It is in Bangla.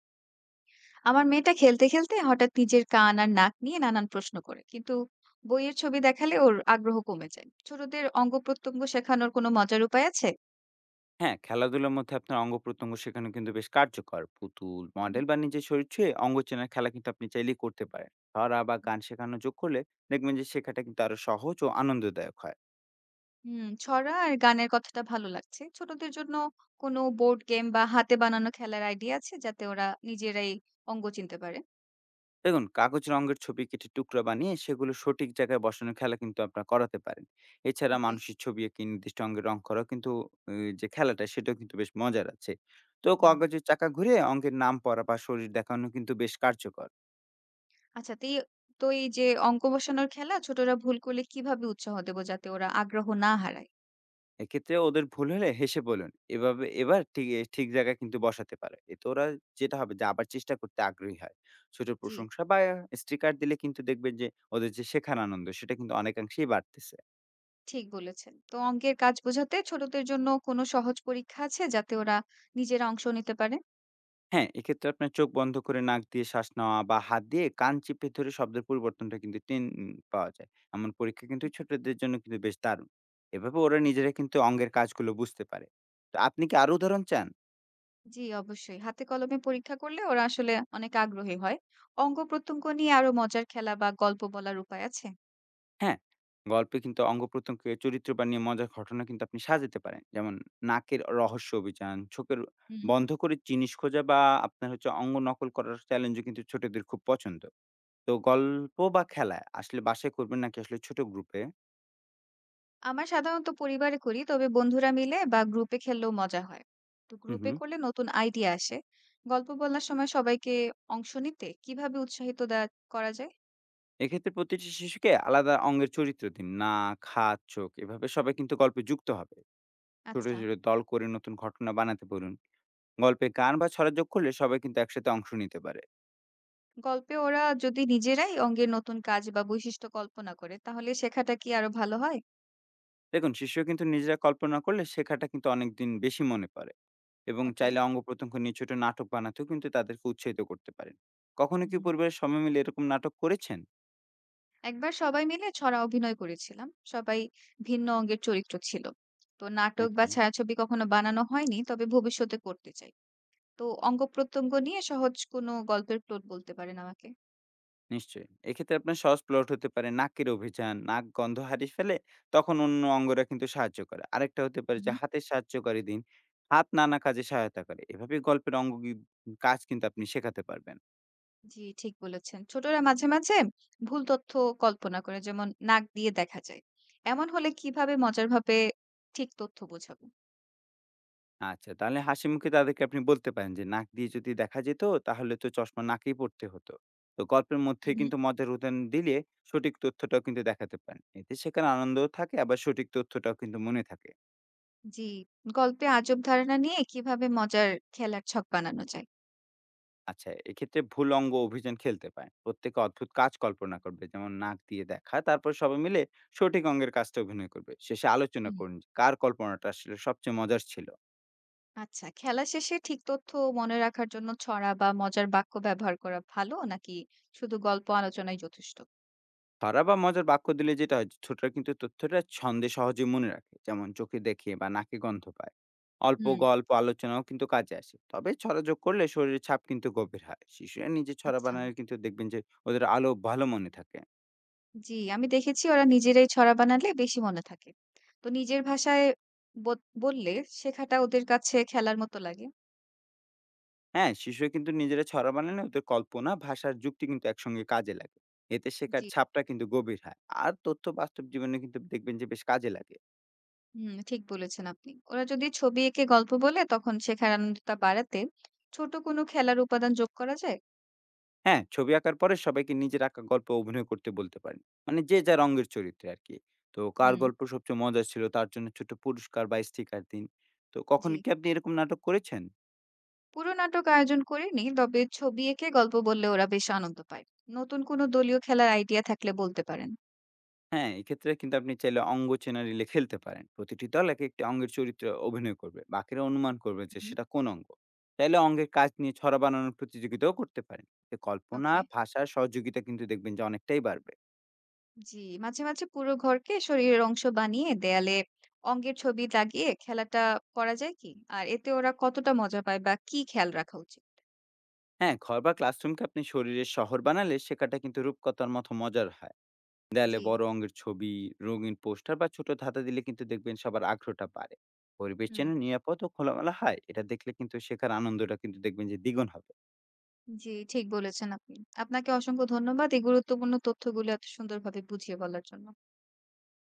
আমার মেয়েটা খেলতে, খেলতে হঠাৎ নিজের কান আর নাক নিয়ে নানান প্রশ্ন করে। কিন্তু বইয়ের ছবি দেখালে ওর আগ্রহ কমে যায়। ছোটদের অঙ্গ-প্রত্যঙ্গ শেখানোর কোনো মজার উপায় আছে? হ্যাঁ, খেলাধুলার মধ্যে আপনার অঙ্গ-প্রত্যঙ্গ শেখানো কিন্তু বেশ কার্যকর। পুতুল, উহুম। মডেল বা নিজের শরীর ছুঁয়ে অঙ্গ চেনার খেলা কিন্তু আপনি চাইলেই করতে পারেন। ধরা বা গান শেখানো যোগ করলে দেখবেন যে শেখাটা কিন্তু আরো সহজ ও আনন্দদায়ক হয়। হুম, ছড়া আর গানের কথাটা ভালো লাগছে। ছোটদের জন্য কোনো বোর্ড গেম বা হাতে বানানো খেলার আইডিয়া আছে যাতে ওরা নিজেরাই অঙ্গ চিনতে পারে? দেখুন, কাগজের অঙ্গের ছবি কেটে টুকরা বানিয়ে সেগুলো সঠিক জায়গায় বসানোর খেলা কিন্তু আপনারা করাতে পারেন। এছাড়া ওকে। মানুষের ছবি এঁকে নির্দিষ্ট অঙ্গে রং করাও কিন্তু এ যে খেলাটা সেটাও কিন্তু বেশ মজার আছে। তো হুম। কাগজের চাকা ঘুরিয়ে অঙ্গের নাম পড়া বা শরীর দেখানো কিন্তু বেশ কার্যকর। আচ্ছা, তো এই যে অঙ্ক বসানোর খেলা, ছোটরা ভুল করলে কিভাবে উৎসাহ দেব যাতে ওরা আগ্রহ না হারায়? এক্ষেত্রে ওদের ভুল হলে হেসে বলুন, এভাবে এবার ঠিক ঠিক জায়গায় কিন্তু বসাতে পারে। এতে ওরা যেটা হবে যে আবার চেষ্টা করতে আগ্রহী হয়। ছোট জি। প্রশংসা বা স্টিকার দিলে কিন্তু দেখবেন যে ওদের যে শেখার আনন্দ সেটা কিন্তু অনেকাংশেই বাড়তেছে। ঠিক বলেছেন। তো অঙ্কের কাজ বোঝাতে ছোটদের জন্য কোনো সহজ পরীক্ষা আছে যাতে ওরা নিজেরা অংশ নিতে পারে? হ্যাঁ, এক্ষেত্রে আপনার চোখ বন্ধ করে নাক দিয়ে শ্বাস নেওয়া বা হাত দিয়ে কান চেপে ধরে শব্দের পরিবর্তনটা কিন্তু পাওয়া যায়। এমন পরীক্ষা কিন্তু হুম, ছোটদের জন্য কিন্তু বেশ দারুণ। এভাবে ওরা নিজেরা হুম। কিন্তু অঙ্গের কাজগুলো বুঝতে পারে। তো আপনি কি আরো উদাহরণ চান? জি, অবশ্যই। হাতে কলমে পরীক্ষা করলে ওরা আসলে অনেক আগ্রহী হয়। অঙ্গ-প্রত্যঙ্গ নিয়ে আরো মজার খেলা বা গল্প বলার উপায় আছে? হ্যাঁ, গল্পে কিন্তু অঙ্গ-প্রত্যঙ্গকে চরিত্র বানিয়ে মজার ঘটনা কিন্তু আপনি সাজাতে পারেন। যেমন নাকের রহস্য অভিযান, চোখের হুম। বন্ধ করে জিনিস খোঁজা বা আপনার হচ্ছে অঙ্গ নকল করার চ্যালেঞ্জও কিন্তু ছোটদের খুব পছন্দ। তো গল্প বা খেলা আসলে বাসায় করবেন নাকি আসলে ছোট গ্রুপে? আমরা সাধারণত পরিবারে করি, তবে বন্ধুরা মিলে বা গ্রুপে খেললেও মজা হয়। তো হুম, গ্রুপে হুম। করলে নতুন আইডিয়া আসে। গল্প বলার সময় সবাইকে অংশ নিতে কিভাবে উৎসাহিত দেয়া করা যায়? এক্ষেত্রে প্রতিটি শিশুকে আলাদা অঙ্গের চরিত্র দিন। নাক, হাত, চোখ এভাবে সবাই কিন্তু গল্পে যুক্ত হবে। ছোট, আচ্ছা। ছোট দল করে নতুন ঘটনা বানাতে বলুন। গল্পে গান বা ছড়া যোগ করলে সবাই কিন্তু একসাথে অংশ নিতে পারে। গল্পে ওরা যদি নিজেরাই অঙ্গের নতুন কাজ বা বৈশিষ্ট্য কল্পনা করে তাহলে শেখাটা কি আরো ভালো হয়? দেখুন, শিশুরা কিন্তু নিজেরা কল্পনা করলে শেখাটা কিন্তু অনেকদিন বেশি মনে পড়ে এবং ওকে। চাইলে অঙ্গপ্রত্যঙ্গ নিয়ে ছোট নাটক বানাতেও কিন্তু তাদেরকে উৎসাহিত করতে পারেন। কখনো কি হুম। পরিবারের সবাই মিলে এরকম নাটক করেছেন? একবার সবাই মিলে ছড়া অভিনয় করেছিলাম, সবাই ভিন্ন অঙ্গের চরিত্র ছিল। তো নাটক বা ওকে, ছায়াছবি কখনো বানানো হয়নি, তবে ভবিষ্যতে করতে চাই। তো অঙ্গ প্রত্যঙ্গ নিয়ে সহজ কোনো গল্পের প্লট বলতে পারেন আমাকে? নিশ্চয়ই। এক্ষেত্রে আপনার সহজ প্লট হতে পারে নাকের অভিযান, নাক গন্ধ হারিয়ে ফেলে তখন অন্য অঙ্গরা কিন্তু সাহায্য করে। আরেকটা হতে পারে যে হুম। হাতের সাহায্যকারী দিন। হাত নানা কাজে সহায়তা করে। এভাবে গল্পের অঙ্গ কাজ কিন্তু আপনি শেখাতে পারবেন। জি, ঠিক বলেছেন, ছোটরা মাঝে মাঝে ভুল তথ্য কল্পনা করে, যেমন নাক দিয়ে দেখা যায়। এমন হলে কিভাবে মজার ভাবে ঠিক তথ্য বোঝাবো? আচ্ছা, তাহলে হাসিমুখে তাদেরকে আপনি বলতে পারেন যে, "নাক দিয়ে যদি দেখা যেত তাহলে তো চশমা নাকেই পড়তে হতো।" তো গল্পের মধ্যে কিন্তু মজার উদাহরণ দিলে সঠিক তথ্যটাও কিন্তু দেখাতে পারেন। এতে শেখার আনন্দও থাকে আবার সঠিক তথ্যটাও কিন্তু মনে থাকে। জি, গল্পে আজব ধারণা নিয়ে কিভাবে মজার খেলার ছক বানানো যায়? আচ্ছা, এক্ষেত্রে ভুল অঙ্গ অভিযান খেলতে পারেন। প্রত্যেকে অদ্ভুত কাজ কল্পনা করবে। যেমন নাক দিয়ে দেখা, তারপর সবাই মিলে সঠিক অঙ্গের কাজটা অভিনয় করবে। শেষে আলোচনা হুম। করুন যে কার কল্পনাটা আসলে সবচেয়ে মজার ছিল। আচ্ছা, খেলা শেষে ঠিক তথ্য মনে রাখার জন্য ছড়া বা মজার বাক্য ব্যবহার করা ভালো নাকি শুধু গল্প আলোচনাই যথেষ্ট? ছড়া বা মজার বাক্য দিলে যেটা হয় ছোটরা কিন্তু তথ্যটা ছন্দে সহজে মনে রাখে যেমন চোখে দেখে বা নাকে গন্ধ পায় অল্প হুম। গল্প আলোচনাও কিন্তু কাজে আসে তবে ছড়া যোগ করলে শরীরের ছাপ কিন্তু গভীর হয় শিশুরা নিজে ছড়া আচ্ছা, বানালে কিন্তু দেখবেন যে ওদের আলো ভালো মনে থাকে জি, আমি দেখেছি ওরা নিজেরাই ছড়া বানালে বেশি মনে থাকে। তো নিজের ভাষায় বত বললে শেখাটা ওদের কাছে খেলার মতো লাগে। হ্যাঁ শিশুরা কিন্তু নিজেরা ছড়া বানালে ওদের কল্পনা ভাষার যুক্তি কিন্তু একসঙ্গে কাজে লাগে এতে শেখার জি, ছাপটা কিন্তু গভীর হয় আর তথ্য বাস্তব জীবনে কিন্তু দেখবেন যে বেশ কাজে লাগে হুম, ঠিক বলেছেন আপনি। ওরা যদি ছবি এঁকে গল্প বলে তখন শেখার আনন্দটা বাড়াতে ছোট কোনো খেলার উপাদান যোগ করা যায়? হ্যাঁ, ছবি আঁকার পরে সবাইকে নিজের আঁকা গল্প অভিনয় করতে বলতে পারেন। মানে যে যার অঙ্গের চরিত্রে আরকি। তো কার হুম। গল্প সবচেয়ে মজার ছিল তার জন্য ছোট পুরস্কার বা স্টিকার দিন। তো জি। কখনো কি আপনি এরকম নাটক করেছেন? পুরো নাটক আয়োজন করিনি, তবে ছবি এঁকে গল্প বললে ওরা বেশ আনন্দ পায়। নতুন কোনো দলীয় খেলার আইডিয়া থাকলে বলতে পারেন। হ্যাঁ, এক্ষেত্রে কিন্তু আপনি চাইলে অঙ্গ চেনারিলে খেলতে পারেন। প্রতিটি দল এক একটি অঙ্গের চরিত্রে অভিনয় করবে। বাকিরা অনুমান করবে যে হুম, সেটা কোন অঙ্গ। চাইলে অঙ্গের কাজ নিয়ে ছড়া বানানোর প্রতিযোগিতাও করতে পারেন। এতে কল্পনা, ওকে। ভাষা, সহযোগিতা কিন্তু দেখবেন যে অনেকটাই বাড়বে। জি, মাঝে মাঝে পুরো ঘরকে শরীরের অংশ বানিয়ে দেয়ালে অঙ্গের ছবি লাগিয়ে খেলাটা করা যায় কি? আর এতে ওরা কতটা মজা পায় বা কি খেয়াল রাখা উচিত? হ্যাঁ, ঘর বা ক্লাসরুমকে আপনি শরীরের শহর বানালে শেখাটা কিন্তু রূপকথার মতো মজার হয়। দেয়ালে জি। বড় অঙ্গের ছবি, রঙিন পোস্টার বা ছোট ধাঁধা দিলে কিন্তু দেখবেন সবার আগ্রহটা বাড়ে। পরিবেশ হুম। যেন নিরাপদ ও খোলামেলা হয়, এটা দেখলে কিন্তু শেখার আনন্দটা কিন্তু দেখবেন যে দ্বিগুণ হবে। জি, ঠিক বলেছেন আপনি। আপনাকে অসংখ্য ধন্যবাদ এই গুরুত্বপূর্ণ তথ্যগুলো এত সুন্দরভাবে বুঝিয়ে বলার জন্য।